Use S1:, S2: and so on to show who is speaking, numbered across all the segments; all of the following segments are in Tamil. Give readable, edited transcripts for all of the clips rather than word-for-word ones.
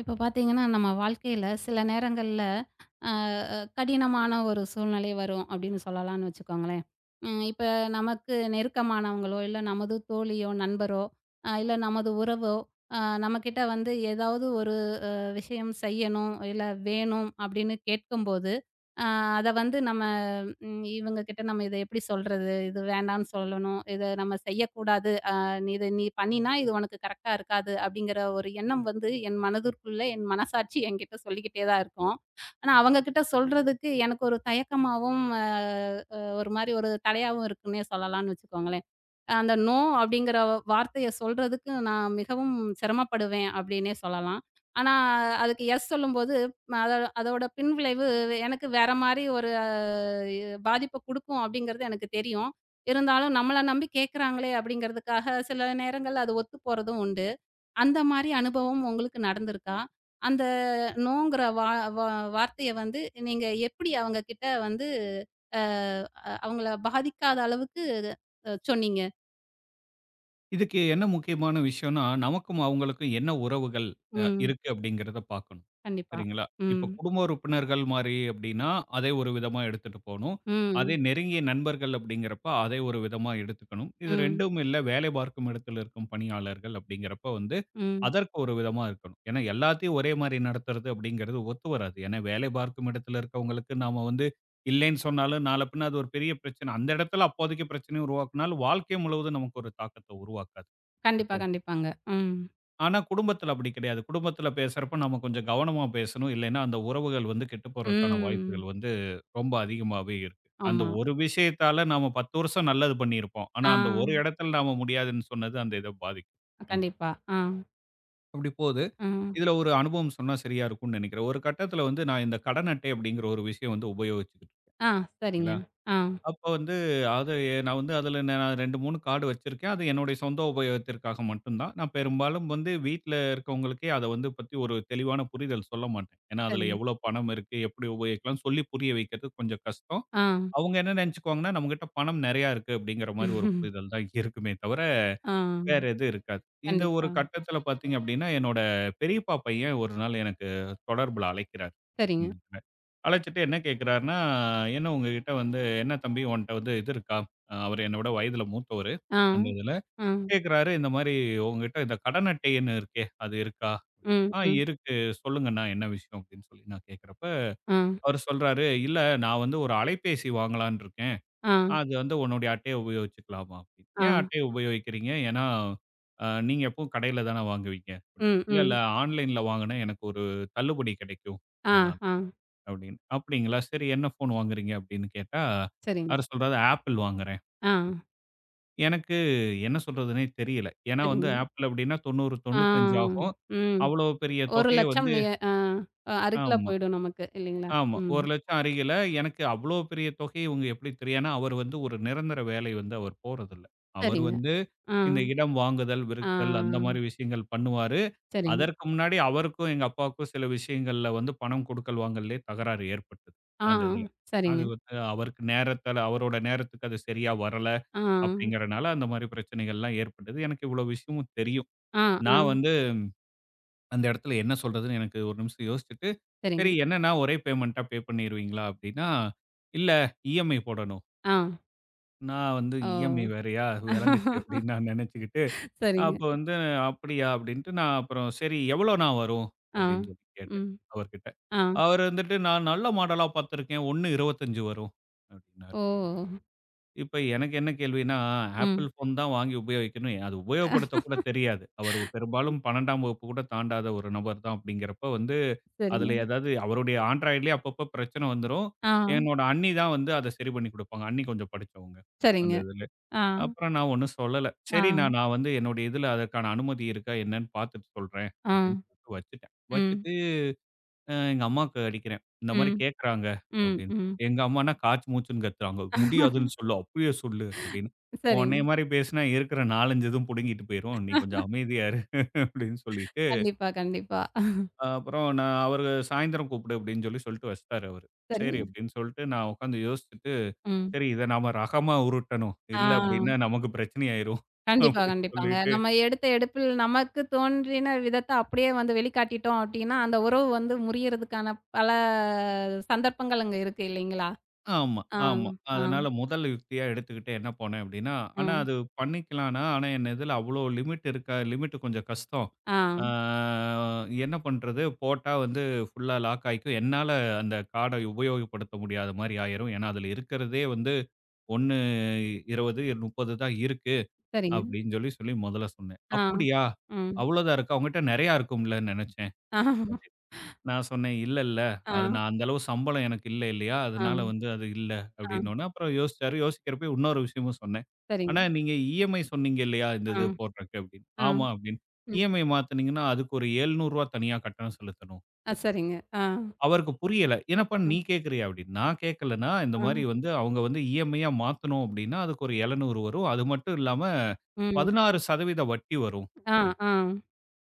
S1: இப்போ பார்த்தீங்கன்னா, நம்ம வாழ்க்கையில சில நேரங்கள்ல அ அ கடினமான ஒரு சூழ்நிலை வரும் அப்படின்னு சொல்லலாம்னு வச்சுக்கோங்களேன். இப்ப நமக்கு நெருக்கமானவங்களோ, இல்ல நமது தோழியோ, நண்பரோ, இல்ல நமது உறவோ, அ நம்மகிட்ட வந்து ஏதாவது ஒரு விஷயம் செய்யணும், இல்ல வேணும் அப்படின்னு கேட்கும்போது, அ அத வந்து நம்ம இவங்க கிட்ட நம்ம இத எப்படி சொல்றது? இது வேண்டான்னு சொல்லணும். இத நம்ம செய்யக்கூடாது. நீ இத பண்ணினா இது உனக்கு கரெக்ட்டா இருக்காது. அப்படிங்கிற ஒரு எண்ணம் வந்து என் மனதிற்குள்ள என் மனசாட்சி என்கிட்ட சொல்லிக்கிட்டே தான் இருக்கும். ஆனா, அவங்க கிட்ட சொல்றதுக்கு எனக்கு ஒரு தயக்கமாவும், அ அ ஒரு மாரி ஒரு தலையாவும் இருக்குன்னே சொல்லலாம்னு வச்சுக்கோங்களேன். அந்த "நோ" அப்படிங்கிற வார்த்தைய சொல்றதுக்கு நான் மிகவும் சிரமப்படுவேன் அப்படின்னே சொல்லலாம். ஆனா, அதுக்கு "எஸ்" சொல்லும்போது அதோ அதோட பின்விளைவு எனக்கு வேற மாரி ஒரு பாதிப்ப குடுக்கும் அப்படிங்கிறது எனக்கு தெரியும். இருந்தாலும் நம்மள நம்பி கேட்கறாங்களே அப்படிங்கிறதுக்காக சில நேரங்கள்ல அது ஒத்து போறதும் உண்டு. அந்த மாரி அனுபவம் உங்களுக்கு நடந்திருக்கா? அந்த "நோங்கிற" வா வா வார்த்தைய வந்து நீங்க எப்படி அவங்க கிட்ட வந்து அ அவங்கள பாதிக்காத அளவுக்கு சொன்னீங்க?
S2: இதுக்கு என்ன முக்கியமான விஷயம்னா, நமக்கும் அவங்களுக்கும் என்ன உறவுகள்
S1: ம்.
S2: இருக்கு அப்படிங்கிறத பார்க்கணும்.
S1: கண்டிப்பா.
S2: சரிங்களா?
S1: ம்.
S2: இப்ப குடும்ப உறுப்பினர்கள் மாரி அப்படின்னா, அதை ஒரு விதமா எடுத்துட்டு போணும். அதே
S1: ம்.
S2: நெருங்கிய நண்பர்கள் அப்படிங்கிறப்ப, அதை ஒரு விதமா எடுத்துக்கணும். இது
S1: ம்.
S2: 2ம் இல்ல, வேலை பார்க்கும் இடத்தில் இருக்கும் பணியாளர்கள் அப்படிங்கிறப்ப வந்து,
S1: ம்.
S2: அதற்கு ஒரு விதமா இருக்கணும். ஏன்னா எல்லாத்தையும் ஒரே மாரி நடத்துறது அப்படிங்கிறது ஒத்து வராது. ஏன்னா வேலை பார்க்கும் இடத்துல இருக்கவங்களுக்கு நாம வந்து இல்லைன்னு சொன்னாலும் நாள பின்ன அது ஒரு பெரிய பிரச்சனை. அந்த இடத்துல அப்போதைக்கு பிரச்சனைய உருவாக்குனாலும், வாழ்க்கை முழுவதும் நமக்கு ஒரு தாக்கத்த உருவாக்காது.
S1: கண்டிப்பா,
S2: எப்பவுமே.
S1: கண்டிப்பாங்க. ம்.
S2: ஆனா குடும்பத்தில அப்படி கிடையாது. குடும்பத்தில பேசுறப்ப நம்ம கொஞ்சம் கவனமா பேசணும். இல்லைன்னா அந்த உறவுகள் வந்து கெட்டு போறதுக்கான
S1: ம்.
S2: வாய்ப்புகள் வந்து ரொம்ப அதிகமாவே இருக்கு. அந்த
S1: ஆமா.
S2: ஒரு விஷயத்தால நாம 10 வருஷம் நல்லது பண்ணியிருப்போம். ஆனா
S1: ஆ.
S2: அந்த ஒரு இடத்துல நாம முடியாதுன்னு சொன்னது அந்த இத பாதிக்கும். அந்த இது.
S1: கண்டிப்பா. ஆ.
S2: அப்படி போது,
S1: ம்.
S2: இதில ஒரு அனுபவம் சொன்னா சரியா இருக்கும்னு நினைக்கிறேன். ஒரு கட்டத்தில வந்து நான் இந்த கடன் அட்டை அப்படிங்கிற ஒரு விஷயம் வந்து உபயோகிச்சுக்கிட்டு
S1: ஆ. சரிங்க.
S2: இருக்கேன்.
S1: ஆ.
S2: அப்ப வந்து அது நான் வந்து அதில நான் 2, 3 கார்டு வச்சிருக்கேன். அது என்னுடைய சொந்த உபயோகத்திற்காக மட்டும் தான். நான் பெரும்பாலும் வந்து வீட்ல இருக்கவங்களுக்கே அத வந்து பத்தி ஒரு தெளிவான புரிதல் சொல்ல மாட்டேன். ஏன்னா, அதில
S1: சரிங்க.
S2: எவ்வளோ பணம் இருக்கு, எப்படி உபயோகிக்கலாம்னு சொல்லி புரிய வைக்கிறது கொஞ்சம் கஷ்டம்.
S1: ஆ.
S2: அவங்க என்ன நெனச்சுக்குவாங்கன்னா, நம்மகிட்ட பணம் நெறையா இருக்கு அப்படிங்கிற மாரி ஒரு புரிதல் தான் இருக்குமே தவிர,
S1: ஆ.
S2: வேற எதுவும் இருக்காது. இந்த ஒரு
S1: கண்டிப்பா.
S2: கட்டத்தில பார்த்தீங்க அப்படின்னா, என்னோட பெரியப்பா பையன் ஒரு நாள் எனக்கு தொடர்புல அழைக்கிறார்.
S1: சரிங்க.
S2: இந்த இதுல. அழைச்சுட்டு என்ன கேட்கிறார்ன்னா, "என்ன உங்ககிட்ட வந்து என்ன தம்பி உன்ட்ட வந்து இது இருக்கா?" அவரு என்ன விட வயதில மூத்தவரு.
S1: ஆ.
S2: அந்த இதுல.
S1: ஆ.
S2: கேட்கிறாரு, "இந்த மாரி உங்ககிட்ட இந்த கடன் அட்டைன்னு இருக்கே, அது இருக்கா?" அப்படின்னு.
S1: ம்.
S2: "ஆ
S1: ம்.
S2: இருக்கு. சொல்லுங்கண்ணா என்ன விஷயம்?" அப்படின்னு சொல்லி நான் கேட்கிறப்ப,
S1: ஆ.
S2: அவரு சொல்றாரு, "இல்ல நான் வந்து ஒரு அலைபேசி வாங்கலாம்ன்னு இருக்கேன்."
S1: ஆ.
S2: அது வந்து உன்னுடைய அட்டைய உபயோகிச்சுக்கலாமா அப்படின்னு.
S1: ஆ.
S2: ஏன் அட்டைய உபயோகிக்கிறீங்க? ஏன்னா, நீங்க எப்பவும் கடையில தானே வாங்குவீங்க அப்படின்னு.
S1: ம்.
S2: இல்ல, இல்ல
S1: ம்.
S2: ஆன்லைன்ல வாங்குனா எனக்கு ஒரு தள்ளுபடி கிடைக்கும்.
S1: ஆ.
S2: அதனால
S1: ஆ.
S2: அப்படின்னு. அப்படிங்களா? சரி என்ன ஃபோன் வாங்குறீங்க அப்படின்னு கேட்டா,
S1: சரிங்க.
S2: அவரு சொல்றாரு ஆப்பிள் வாங்குறேன்.
S1: ஆ.
S2: எனக்கு என்ன சொல்றதுன்னே தெரியல. ஏன்னா வந்து
S1: சரிங்க.
S2: ஆப்பிள் அப்படின்னா 90,
S1: ஆ.
S2: 95 ஆகும்.
S1: ம்.
S2: அவ்வளோ பெரிய தொகைய
S1: 1,00,000
S2: வந்து
S1: நிய அருகில
S2: ஆமா,
S1: போயிடும் நமக்கு இல்லைங்களா?
S2: ஆமா.
S1: ம்.
S2: 1,00,000 அருகில. எனக்கு அவ்வளோ பெரிய தொகை இவங்க எப்படி தெரியும்? ஏன்னா, அவர் வந்து ஒரு நிரந்தர வேலை வந்து அவர் போறதில்ல. அவர்
S1: சரிங்க.
S2: வந்து
S1: ஆ.
S2: இந்த இடம் வாங்குதல்,
S1: ஆ.
S2: விற்தல் அந்த மாரி விஷயங்கள் பண்ணுவாரு.
S1: சரிங்க.
S2: அதற்கு முன்னாடி அவருக்கும் எங்க அப்பாவுக்கும் சில விஷயங்கள்ல வந்து பணம் குடுக்கல் வாங்கல்லயே தகராறு ஏற்பட்டது.
S1: ஆ,
S2: அந்த இதுல.
S1: சரிங்க.
S2: அது வந்து அவருக்கு நேரத்தால அவரோட நேரத்துக்கு அது சரியா வரல
S1: ஆ,
S2: அப்படிங்கிறனால அந்த மாரி பிரச்சனைகள்லாம் ஏற்பட்டது. எனக்கு இவ்வளோ விஷயமும் தெரியும்.
S1: ஆ, ஆ,
S2: நான் வந்து அந்த இடத்துல என்ன சொல்றதுன்னு எனக்கு ஒரு நிமிஷம் யோசிச்சுட்டு, சரி
S1: சரிங்க.
S2: என்னன்னா ஒரே பேமெண்ட்டா பே பண்ணிருவீங்களா? அப்படின்னா, இல்ல இஎம்ஐ போடணும்.
S1: ஆ,
S2: நான் வந்து
S1: ஓ!
S2: இஎம்ஐ வேறையா விளங்குச்சு அப்படின்னு நான் நெனச்சுக்கிட்டு
S1: சரிங்க.
S2: அப்ப வந்து, "அப்படியா?" அப்படின்ட்டு நான் அப்புறம் சரி எவ்வளோண்ணா வரும்?
S1: ஆ,
S2: அப்படின்னு சொல்லி கேட்டேன்
S1: ம்.
S2: அவர்கிட்ட.
S1: ஆ,
S2: அவரு வந்துட்டு, "நான் நல்ல மாடலா பார்த்துருக்கேன். 1.25 வரும்" அப்படின்னாரு.
S1: ஓ!
S2: இப்ப எனக்கு என்ன கேள்வின்னா, ஆப்பிள்
S1: ம்.
S2: ஃபோன் தான் வாங்கி உபயோகிக்கணும். அது உபயோகப்படுத்த கூட தெரியாது. அவர் பெரும்பாலும் 12ஆம் வகுப்பு கூட தாண்டாத ஒரு நபர் தான் அப்படிங்கிறப்ப வந்து,
S1: சரிங்க.
S2: அதில ஏதாவது அவருடைய ஆண்ட்ராய்ட்லயே அப்பப்போ பிரச்சனை வந்துரும்.
S1: ஆ,
S2: என்னோட அண்ணி தான் வந்து அத சரி பண்ணி குடுப்பாங்க. அண்ணி கொஞ்சம் படிச்சவங்க அந்த
S1: சரிங்க.
S2: இதுல.
S1: ஆ,
S2: அப்புறம் நான் ஒண்ணும் சொல்லல.
S1: ஆ,
S2: சரிண்ணா, நான் நான் வந்து என்னுடைய இதுல அதற்கான அனுமதி இருக்கா என்னன்னு பாத்துட்டு சொல்றேன்
S1: ஆ,
S2: அப்படின்னு சொல்லிட்டு வச்சுட்டேன்.
S1: ம்,
S2: வச்சுட்டு எங்க அம்மாக்கு அடிக்கிறேன். இந்த மாரி
S1: ம்,
S2: கேட்கறாங்க
S1: ம்,
S2: அப்படின்னு.
S1: ம்.
S2: எங்க அம்மான்னா காச்சு மூச்சுன்னு கத்துறாங்க. முடியாதுன்னு சொல்லு, அப்பயே சொல்லு அப்படின்னு.
S1: சரிங்க.
S2: உன்னைய மாரி பேசினா இருக்கிற 4, 5 இதுவும் புடுங்கிட்டு போயிரும். நீ கொஞ்சம் அமைதியா இரு அப்படின்னு சொல்லிட்டு,
S1: கண்டிப்பா, கண்டிப்பா.
S2: அப்புறம் நான் அவரு சாயந்தரம் கூப்பிடு அப்படின்னு சொல்லி சொல்லிட்டு வச்சுட்டாரு அவரு. சரி
S1: சரிங்க.
S2: அப்படின்னு சொல்லிட்டு நான் உட்காந்து யோசிச்சுட்டு,
S1: ம்.
S2: சரி இத நாம ரகமா உருட்டணும்.
S1: ஆ.
S2: இல்ல அப்படின்னா நமக்கு பிரச்சனை ஆயிரும்
S1: கண்டிப்பா,
S2: அப்படின்னு
S1: கண்டிப்பாங்க.
S2: சொல்லிட்டு
S1: நம்ம எடுத்த எடுப்பில் நமக்கு தோன்றின விதத்த அப்படியே வந்து வெளிக்காட்டிட்டோம் அப்படின்னா, அந்த உறவு வந்து முறியறதுக்கான பல சந்தர்ப்பங்கள் அங்க இருக்கு இல்லைங்களா?
S2: ஆமா,
S1: ஆ,
S2: ஆமா.
S1: ஆ,
S2: அதனால முதல் யுக்தியா எடுத்துக்கிட்டு என்ன போனேன் அப்டின்னா, ஆனா
S1: ம்,
S2: அது பண்ணிக்கலாம்னா, ஆனா என் இதுல அவ்ளோ லிமிட் இருக்கா லிமிட் கொஞ்சம் கஷ்டம்.
S1: ஆ,
S2: ஆ என்ன பண்றது? போட்டா வந்து ஃபுல்லா லாக் ஆயிக்கும். என்னால அந்த கார்ட உபயோகப்படுத்த முடியாத மாரி ஆயிரும். ஏன்னா, அதுல இருக்கிறதே வந்து 1 20 30 தான் இருக்கு
S1: சரிங்க.
S2: அப்டின்னு சொல்லி, சொல்லி முதல்ல சொன்னேன்.
S1: ஆ,
S2: "அப்படியா?
S1: ம்,
S2: அவ்ளோதான் இருக்கா? உன்கிட்ட நெறையா இருக்கும்ல" நெனச்சேன்.
S1: ஆ,
S2: நான் சொன்னேன், "இல்ல, இல்ல.
S1: ஆ,
S2: அது நான் அந்த அளவு சம்பளம் எனக்கு இல்ல இல்லையா?
S1: ஆ,
S2: அதனால வந்து அது இல்ல."
S1: ஆ,
S2: அப்படின்னோன, அப்புறம் யோசிச்சாரு. யோசிக்கிறப்ப இன்னொரு விஷயமும் சொன்னேன்.
S1: சரிங்க.
S2: "ஆனா நீங்க இஎம்ஐ சொன்னீங்க இல்லையா? இந்த
S1: ஆ,
S2: இது போடுறக்கு" அப்படின்னு.
S1: ஆ,
S2: "ஆமா" அப்படின்னு.
S1: ம்,
S2: "இஎம்ஐ மாத்துனீங்கன்னா, அதுக்கு ஒரு ரூ. 700 தனியா கட்டணம் செலுத்தணும்."
S1: ஆ,
S2: அப்படின்னு.
S1: சரிங்க. ஆ,
S2: அவருக்கு புரியல. "என்னப்பா
S1: ஆ,
S2: நீ கேட்கிறியா?" அப்படின்னு. "நான் கேட்கலண்ணா. இந்த
S1: ஆ,
S2: மாரி வந்து அவங்க வந்து இஎம்ஐயா மாத்தணும் அப்படின்னா, அதுக்கு ஒரு 700 வரும். அது மட்டும் இல்லாம
S1: ம்,
S2: 16% வட்டி வரும்."
S1: ஆ, ஆ,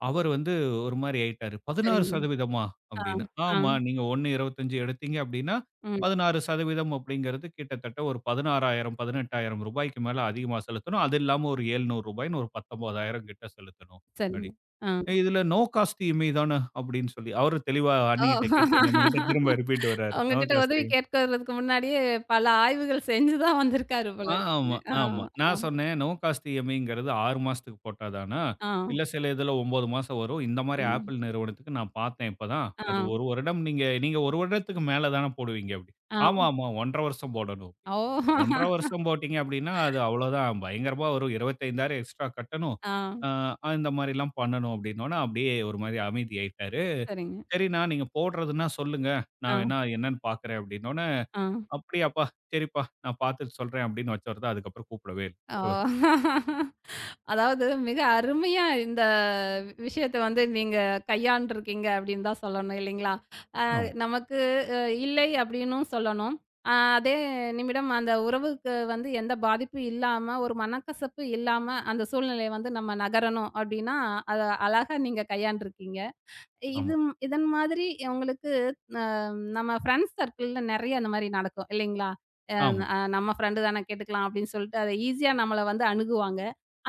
S2: அவர் வந்து ஒரு மாரி ஆயிட்டாரு.
S1: சரிங்க.
S2: 16%மா?
S1: ஆ,
S2: அப்படின்னு.
S1: ஆ,
S2: ஆமா. நீங்க 1.25 எடுத்தீங்க அப்படின்னா,
S1: ம்,
S2: 16% அப்படிங்கிறது கிட்டத்தட்ட ஒரு 16,000 18,000 ரூபாய்க்கு மேல அதிகமா செலுத்தணும். அது இல்லாம ஒரு ரூ. 700 ஒரு 19,000 கிட்ட செலுத்தணும். அப்படி.
S1: சரிங்க. ஆ,
S2: இதுல நோ காஸ்ட் இஎம்ஐ தான அப்படின்னு சொல்லி அவரு தெளிவா
S1: ஓ!
S2: அண்ணிகிட்ட கேட்டு நம்மகிட்ட திரும்ப ரிப்பீட் வர்றாரு. நோ
S1: உங்ககிட்ட
S2: காஸ்ட்
S1: உதவி கேட்கறதுக்கு முன்னாடியே பல ஆய்வுகள் செஞ்சு தான் வந்திருக்காரு போல இருக்குங்க.
S2: ஆமா,
S1: ஆ,
S2: ஆமா.
S1: ஆ,
S2: நான் சொன்னேன், நோ காஸ்ட் இஎம்ஐங்கிறது 6 மாசத்துக்கு போட்டா தானா?
S1: ஆ,
S2: இல்ல சில இதில 9 மாசம் வரும். இந்த மாரி
S1: ம்.
S2: ஆப்பிள் நிறுவனத்துக்கு நான் பார்த்தேன் இப்பதான். அது
S1: ஆ,
S2: 1 வருடம் நீங்க நீங்க 1 வருடத்துக்கு மேல தான போடுவீங்க அப்டி.
S1: ஆ.
S2: ஆமா, ஆமா 1 1/2 வருஷம் போடணும்.
S1: ஓ!
S2: 1 1/2 வருஷம் போட்டீங்க அப்டின்னா, அது அவ்வளோதான் பயங்கரமா வரும். 25,000 எக்ஸ்ட்ரா கட்டணும்.
S1: ஆ,
S2: ஆ இந்த மாரிலாம் பண்ணணும் அப்டின்னோன, அப்டியே ஒரு மாரி அமைதியாயிட்டாரு.
S1: சரிங்க.
S2: சரிண்ணா நீங்க போடுறதுன்னா சொல்லுங்க.
S1: ஆ,
S2: நான் வேணா என்னன்னு பார்க்குறேன் அப்டின்னோன
S1: ஆ.
S2: "அப்படியாப்பா, சரிப்பா நான் பார்த்துட்டு சொல்றேன்" அப்படின்னு வச்சவர் தான் அதுக்கப்புறம் கூப்பிடவே இல்ல
S1: ஓ!
S2: அவரு.
S1: அதாவது மிக அருமையா இந்த விஷயத்த வந்து நீங்க கையாண்டுருக்கீங்க அப்படின்னு தான் சொல்லணும் இல்லைங்களா?
S2: ஆமா,
S1: நமக்கு அ இல்லை அப்படின்னும் சொல்லணும். அ அதே நிமிடம் அந்த உறவுக்கு வந்து எந்த பாதிப்பும் இல்லாம, ஒரு மனக்கசப்பு இல்லாம அந்த சூழ்நிலைய வந்து நம்ம நகரணும் அப்படின்னா, அத அழகா நீங்க கையாண்டுருக்கீங்க.
S2: ஆமா,
S1: இது இதன் மாதிரி உங்களுக்கு அ நம்ம ஃப்ரெண்ட்ஸ் சர்க்கிள்ல நெறைய அந்த மாரி நடக்கும் இல்லைங்களா? அ
S2: ஆமா.
S1: அ நம்ம ஃப்ரெண்டு தானே கேட்டுக்கலாம் அப்படின்னு சொல்லிட்டு அத ஈஸியா நம்மள வந்து அணுகுவாங்க.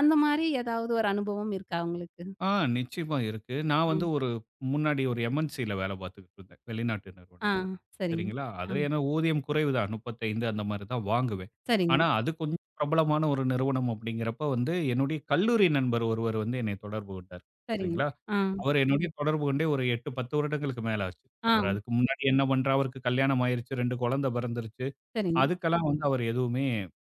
S1: அந்த மாரி ஏதாவது ஒரு அனுபவம் இருக்கா உங்களுக்கு?
S2: ஆ நிச்சயமா இருக்கு. நான் வந்து
S1: ம்.
S2: முன்னாடி ஒரு எம்.என்.சி.ல வேலை பார்த்துக்கிட்டு இருந்தேன், வெளிநாட்டு
S1: ஆ
S2: நிறுவனத்தில.
S1: சரிங்க.
S2: சரிங்களா,
S1: ஆ
S2: அதில ஏன்னா ஊதியம் குறைவு தான் 35 அந்த மாரி தான் வாங்குவேன்.
S1: சரிங்க,
S2: ஆனா அது கொஞ்சம் பிரபலமான ஒரு நிறுவனம் அப்படிங்கிறப்ப வந்து என்னுடைய கல்லூரி நண்பர் ஒருவர் வந்து என்னை தொடர்பு கொண்டார்.
S1: சரிங்க.
S2: சரிங்களா,
S1: ஆ,
S2: அவர் என்னுடைய தொடர்பு கொண்டே ஒரு 8, 10 வருடங்களுக்கு மேல ஆச்சு. அவர்
S1: ஆ
S2: அதுக்கு முன்னாடி என்ன பண்றா அவருக்கு கல்யாணம் ஆயிருச்சு, 2 குழந்தை பிறந்துருச்சு.
S1: சரிங்க.
S2: அதுக்கெல்லாம் வந்து அவர் எதுவுமே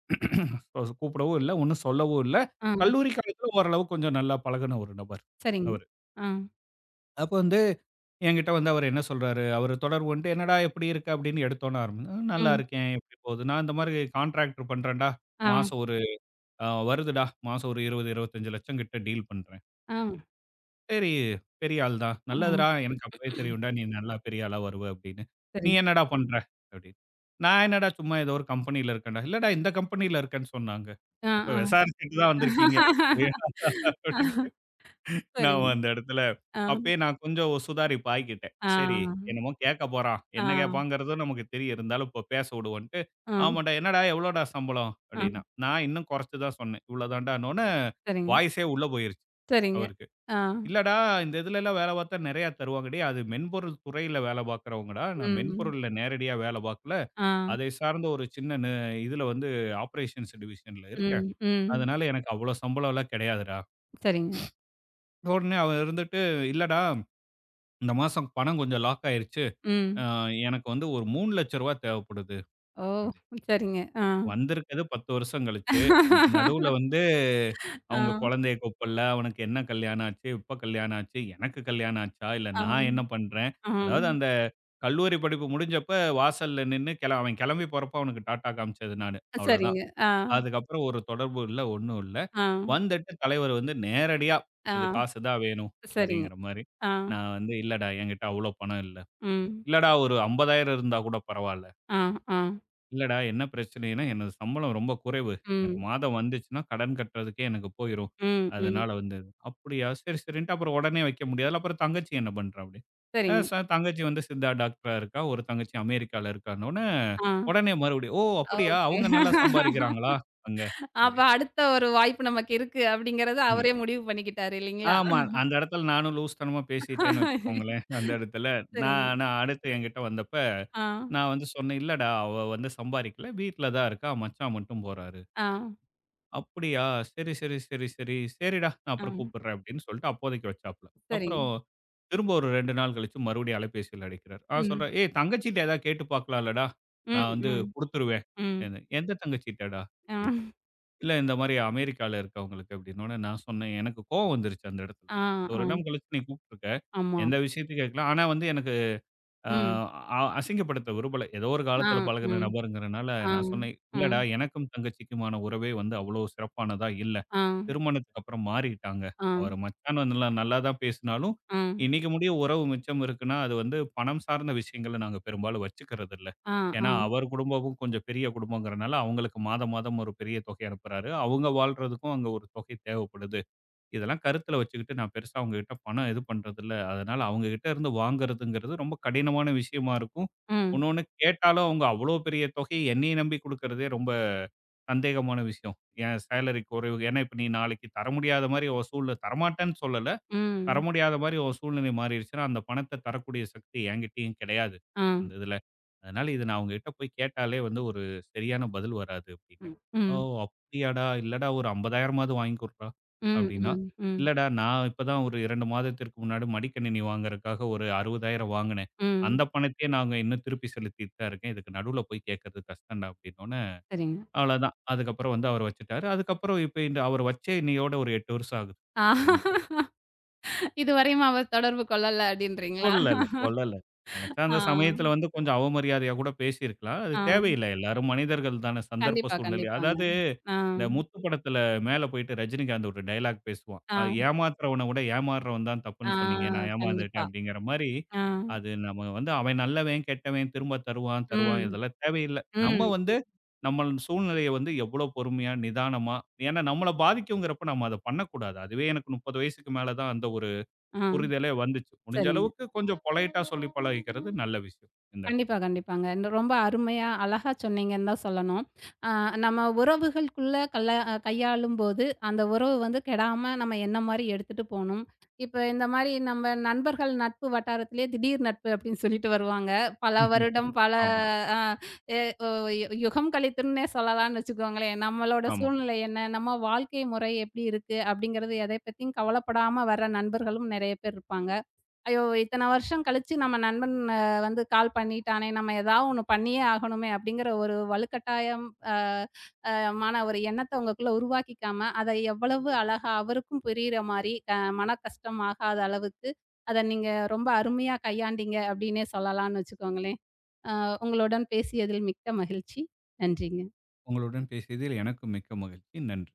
S2: கூப்பிடவும் இல்ல. ஒண்ணும் சொல்லவும் இல்ல.
S1: ஆ,
S2: கல்லூரி காலத்துல ஓரளவு கொஞ்சம் நல்லா பழகுன ஒரு நபர்
S1: சரிங்க.
S2: அவரு.
S1: ஆ,
S2: அப்ப வந்து என்கிட்ட வந்து அவர் என்ன சொல்றாரு, அவரு தொடர்பு கொண்டு "என்னடா எப்படி இருக்க?" அப்படின்னு எடுத்தோன ஆரம்பி "நல்லா
S1: ம்.
S2: இருக்கேன். எப்படி போகுது?" "நான் இந்த மாரி கான்ட்ராக்டர் பண்றேன்டா.
S1: ஆ,
S2: மாசம் ஒரு வருதுடா. மாசம் ஒரு 20, 25 லட்சம் கிட்ட டீல் பண்றேன்."
S1: ஆ,
S2: சரி, பெரிய ஆள் தான். நல்லதுடா,
S1: ஆ,
S2: ம். எனக்கு அப்பவே தெரியும்டா, நீ நல்லா பெரிய ஆளா வருவ அப்படின்னு. நீ
S1: சரிங்க.
S2: என்னடா பண்ற? அப்படின்னு. நான் என்னடா சும்மா ஏதோ ஒரு கம்பெனியில இருக்கேன்டா. இல்லடா இந்த கம்பெனியில இருக்கேன்னு சொன்னாங்க.
S1: ஆ,
S2: அப்ப
S1: ஆ.
S2: விசாரிச்சுட்டு தான் வந்திருக்கீங்க. இல்லையா? அப்படின்ட்டு நான்
S1: சரிங்க.
S2: அந்த இடத்துல
S1: ஆ,
S2: அப்பயே நான் கொஞ்சம் சுதாரிப்பு ஆகிக்கிட்டேன்.
S1: ஆ,
S2: சரி, என்னமோ கேட்க போறான்.
S1: ஆ,
S2: என்ன கேட்பாங்கிறதும் நமக்கு தெரியும். இருந்தாலும் இப்போ பேச விடுவோன்ட்டு,
S1: ஆ,
S2: ஆமாடா, என்னடா எவ்வளோடா சம்பளம்? அப்படின்னா.
S1: ஆ,
S2: நான் இன்னும் குறைச்சு தான் சொன்னேன். இவ்வளோ தான்டான்னோன்னே,
S1: சரிங்க,
S2: வாய்ஸே உள்ள போயிருச்சு
S1: சரிங்க.
S2: அவருக்கு.
S1: ஆ,
S2: இல்லடா, இந்த இதுலலாம் வேலை பார்த்தா நெறையா தருவாங்க டேய்! அது மென்பொருள் துறையில வேலை பார்க்குறவங்கடா. நான்
S1: ம், ம்.
S2: மென்பொருள்ல நேரடியா வேலை பார்க்கல.
S1: ஆ,
S2: அதை சார்ந்த ஒரு சின்ன இதுல வந்து ஆப்பரேஷன்ஸ் டிவிஷன்ல இருக்கேன்.
S1: ம், ம்.
S2: அதனால எனக்கு அவ்ளோ சம்பளம்லாம் கிடையாதுடா.
S1: சரிங்க.
S2: உடனே அவன் இருந்துட்டு, இல்லடா இந்த மாசம் பணம் கொஞ்சம் லாக் ஆயிருச்சு. அ
S1: ம்.
S2: எனக்கு வந்து ஒரு ரூ. 3,00,000 தேவைப்படுது.
S1: ஓ! சரிங்க. ஆ.
S2: வந்திருக்கிறது 10 வருஷம் கழிச்சு. நடுவுல வந்து அவங்க
S1: ஆ,
S2: குழந்தைய கூப்பிடல. அவனுக்கு என்ன கல்யாணம் ஆச்சு? எப்ப கல்யாணம் ஆச்சு? எனக்கு கல்யாணம் ஆச்சா? இல்ல
S1: ஆ,
S2: நான் என்ன பண்றேன்?
S1: ஆ.
S2: அதாவது அந்த கல்லூரி படிப்பு முடிஞ்சப்ப வாசல்ல நின்னு கெள அவன் கெளம்பி போறப்ப அவனுக்கு டாட்டா காமிச்சது நானு. அவ்வளோதான்.
S1: சரிங்க. ஆ,
S2: அதுக்கப்புறம் ஒரு தொடர்பு இல்ல, ஒண்ணும் இல்ல.
S1: ஆ,
S2: வந்துட்டு தலைவர் வந்து நேரடியா
S1: ஆ,
S2: "இது காசு தான் வேணும்"
S1: சரிங்க.
S2: அப்படிங்கிற மாரி.
S1: ஆ,
S2: நான் வந்து "இல்லடா என்கிட்ட அவ்வளோ பணம் இல்ல."
S1: ம்.
S2: "இல்லடா ஒரு 50,000 இருந்தா கூட பரவால்ல."
S1: ஆ, ஆ,
S2: இல்லடா என்ன பிரச்சனைன்னா, எனது சம்பளம் ரொம்ப குறைவு. எனக்கு
S1: ம்,
S2: மாதம் வந்துச்சுன்னா, கடன் கட்டுறதுக்கே எனக்கு போயிரும்.
S1: ம், ம்.
S2: அதனால வந்து இது." அப்படியா? சரி, சரின்ட்டு அப்புறம் உடனே வைக்க முடியாதுல்ல. அப்புறம் தங்கச்சி என்ன பண்றா? அப்படி. அ
S1: சரிங்க.
S2: ச தங்கச்சி வந்து சித்தா டாக்டரா இருக்கா. ஒரு தங்கச்சி அமெரிக்கால இருக்கான்னோனே,
S1: ஆ.
S2: உடனே மறுபடியும், "ஓ! அப்படியா?
S1: ஓகே.
S2: அவங்க நல்லா சம்பாரிக்கிறாங்களா அங்க?" அப்படி.
S1: அப்ப அடுத்த ஒரு வாய்ப்பு நமக்கு இருக்கு அப்படிங்கிறத
S2: ம்.
S1: அவரே முடிவு பண்ணிக்கிட்டாரு இல்லைங்களா?
S2: ஆமா. அந்த இடத்துல நானும் லூஸ்தனமா பேசிட்டேன்னு வச்சுக்கோங்களேன். அந்த இடத்துல
S1: சரிங்க.
S2: நான் நான் அடுத்து என்கிட்ட வந்தப்ப,
S1: ஆ,
S2: நான் வந்து சொன்னேன், "இல்லடா, அவ வந்து சம்பாரிக்கல. வீட்ல தான் இருக்கா. மச்சான் மட்டும் போறாரு."
S1: ஆ,
S2: அப்படியா! சரி, சரி, சரி, சரி. சரிடா! நான்
S1: ஆ.
S2: அப்புறம் கூப்பிடுறேன் அப்படின்னு சொல்லிட்டு அப்போதைக்கு வச்சாப்புல.
S1: சரிங்க.
S2: அப்புறம் திரும்ப ஒரு 2 நாள் கழிச்சு மறுபடியும் அலைபேசியில அடிக்கிறார். நான்
S1: ம்,
S2: சொல்றேன், "ஏய் தங்கச்சிட்ட ஏதாவது கேட்டு பார்க்கலாம்லடா?
S1: ம்,
S2: நான் வந்து
S1: ம்,
S2: குடுத்துருவேன்"
S1: ம்.
S2: என்ன "எந்த தங்கச்சிட்டடா?"
S1: ஆ,
S2: அப்படின்னேன். "இல்ல இந்த மாரி அமெரிக்கால இருக்கவங்களுக்கு" அப்படின்னோனே நான் சொன்னேன். எனக்கு கோவம் வந்துருச்சு அந்த இடத்துல.
S1: ஆ,
S2: 10
S1: ஆ.
S2: வருடம் கழிச்சு நீ கூப்பிட்டுருக்க.
S1: ஆமா.
S2: எந்த விஷயத்துக்கு கேட்கல. ஆனா வந்து எனக்கு ஆ
S1: ம்.
S2: அ அசிங்கப்படுத்த விரும்பல. ஏதோ ஒரு
S1: ஆ,
S2: காலத்தில பழகுன
S1: ம்.
S2: நபருங்கிறனால
S1: ஆ,
S2: நான் சொன்னேன், "இல்லடா
S1: ம்.
S2: எனக்கும் தங்கச்சிக்குமான உறவே வந்து அவ்வளோ சிறப்பானதா இல்ல.
S1: ஆ,
S2: திருமணத்துக்கு அப்புறம் மாறிட்டாங்க.
S1: ஆ,
S2: அவரு மச்சான் வந்து நல்லா நல்லா தான் பேசினாலும்,
S1: ஆ,
S2: இன்னைக்கு முடிய உறவு மிச்சம் இருக்குன்னா, அது வந்து பணம் சார்ந்த விஷயங்கள நாங்க பெரும்பாலும் வச்சுக்கிறது இல்ல.
S1: ஆ,
S2: ஏன்னா,
S1: ஆ.
S2: அவர் குடும்பமும் கொஞ்சம் பெரிய குடும்பங்கிறனால, அவங்களுக்கு மாதம் மாதம் ஒரு பெரிய தொகை அனுப்புறாரு. அவங்க வாழ்றதுக்கும் அங்க ஒரு தொகை தேவைப்படுது." இதெல்லாம் கருத்துல வச்சுக்கிட்டு நான் பெருசா அவங்ககிட்ட பணம் இது பண்றதில்ல. அதனால அவங்ககிட்ட இருந்து வாங்குறதுங்கிறது ரொம்ப கடினமான விஷயமா இருக்கும்.
S1: ம்,
S2: இன்னொன்னு கேட்டாலும் அவங்க அவ்வளோ பெரிய தொகைய என்னைய நம்பி குடுக்குறதே ரொம்ப சந்தேகமான விஷயம். என் சேலரி குறைவு ஏன்னா இப்ப நீ நாளைக்கு தர முடியாத மாரி ஒரு சூழ்நிலை தரமாட்டேன்னு சொல்லல. தர
S1: ம்.
S2: முடியாத மாரி ஒரு சூழ்நிலை மாறிருச்சுன்னா, அந்த பணத்த தரக்கூடிய சக்தி என்கிட்டயும் கிடையாது,
S1: ஆ,
S2: அந்த இதுல. அதனால இத நான் அவுங்ககிட்ட போய் கேட்டாலே வந்து ஒரு சரியான பதில் வராது அப்டின்னு.
S1: ம்,
S2: "ஓ!
S1: ம்,
S2: அப்படியாடா! இல்லடா ஒரு 50,000மாவது வாங்கி குடுறா"
S1: ம்,
S2: அப்டின்னா,
S1: ம், ம்,
S2: "இல்லடா நான் இப்ப தான் ஒரு 2 மாதத்திற்கு முன்னாடி மடிக்கணினி வாங்குறதுக்காக ஒரு 60,000 வாங்குனேன்.
S1: ம்.
S2: அந்த பணத்தையே நாங்க இன்னும் திருப்பி செலுத்திட்டு தான் இருக்கேன். இதுக்கு நடுவுல போய் கேட்கறது கஷ்டம்டா" அப்டின்னோனே,
S1: சரிங்க.
S2: அவ்வளோதான். அதுக்கப்புறம் வந்து அவரு வச்சுட்டாரு. அதுக்கப்புறம் இப்ப இந்த அவரு வச்ச இன்னையோட ஒரு 8 வருஷம் ஆகுது.
S1: ஆ.
S2: இது முடிய.
S1: இதுவரையும் அவர் தொடர்பு கொள்ளல அப்படின்றீங்களா?
S2: கொள்ளல, கொள்ளல. நெனச்சா அந்த
S1: ஆ,
S2: சமயத்துல வந்து கொஞ்சம் அவமரியாதையா கூட பேசியிருக்கலாம். அது
S1: ஆ.
S2: தேவையில்ல. எல்லாரும் மனிதர்கள் தான. சந்தர்ப்ப
S1: கண்டிப்பா,
S2: சூழ்நிலை.
S1: கண்டிப்பாங்க.
S2: அதாவது
S1: ஆ,
S2: இந்த முத்து படத்துல மேல போயிட்டு ரஜினிகாந்த் ஒரு டயலாக் பேசுவான்.
S1: ஆ,
S2: ஏமாத்துறவன விட ஏமாறுறவன் தான்
S1: ஆ,
S2: தப்புன்னு சொன்னீங்க. நான் ஏமாந்துட்டேன்
S1: கண்டிப்பா.
S2: அப்படிங்கிற மாரி,
S1: ஆ,
S2: அது நம்ம வந்து அவன் நல்லவன், கெட்டவன், திரும்ப தருவான், தருவான்
S1: ம்,
S2: இதெல்லாம் தேவையில்ல. நம்ம
S1: ம்,
S2: வந்து நம்ம சூழ்நிலைய வந்து எவ்வளோ பொறுமையா, நிதானமா ஏன்னா நம்மள பாதிக்குங்கிறப்ப நம்ம அத பண்ணக்கூடாது. அதுவே எனக்கு 30 வயசுக்கு மேல தான் அந்த ஒரு
S1: ஆ,
S2: புரிதலே வந்துச்சு. முடிஞ்ச
S1: சரிங்க.
S2: அளவுக்கு கொஞ்சம் பொலைட்டா சொல்லி பழகிக்கிறது நல்ல விஷயம் இந்த இடத்துல.
S1: கண்டிப்பா, கண்டிப்பாங்க. இந்த ரொம்ப அருமையா, அழகா சொன்னீங்கன்னு தான் சொல்லணும். அ நம்ம உறவுகளுக்குள்ள கல்ல கையாளும்போது, அந்த உறவு வந்து கெடாம நம்ம என்ன மாரி எடுத்துட்டு போணும். இப்ப இந்த மாரி நம்ம நண்பர்கள் நட்பு வட்டாரத்திலேயே திடீர் நட்பு அப்படின்னு சொல்லிட்டு வருவாங்க. பல
S2: ம்ஹ்ம்.
S1: வருடம், பல
S2: ஆமா,
S1: அ எ ஒ யு யுகம் கழித்துன்னே சொல்லலாம்னு வச்சுக்கோங்களேன். நம்மளோட
S2: ஆமா.
S1: சூழ்நிலை என்ன? நம்ம வாழ்க்கை முறை எப்படி இருக்கு? அப்படிங்கிறது எதை பத்தியும் கவலைப்படாம வர நண்பர்களும் நெறைய பேர் இருப்பாங்க. ஐயோ! இத்தன வருஷம் கழிச்சு நம்ம நண்பன் வந்து கால் பண்ணிட்டானே! நம்ம ஏதாவது ஒண்ணு பண்ணியே ஆகணுமே! அப்படிங்கிற ஒரு வலுக்கட்டாயம் அ அ மான ஒரு எண்ணத்த உங்களுக்குள்ள உருவாக்கிக்காம, அத எவ்வளவு அழகா அவருக்கும் புரியிற மாரி, மன கஷ்டம் ஆகாத அளவுக்கு, அத நீங்க ரொம்ப அருமையா கையாண்டீங்க, அப்படின்னே சொல்லலாம்னு வச்சுக்கோங்களேன். அ உங்களுடன் பேசியதில் மிக்க மகிழ்ச்சி. நன்றிங்க.
S2: உங்களுடன் பேசியதில் எனக்கு மிக்க மகிழ்ச்சி. நன்றி.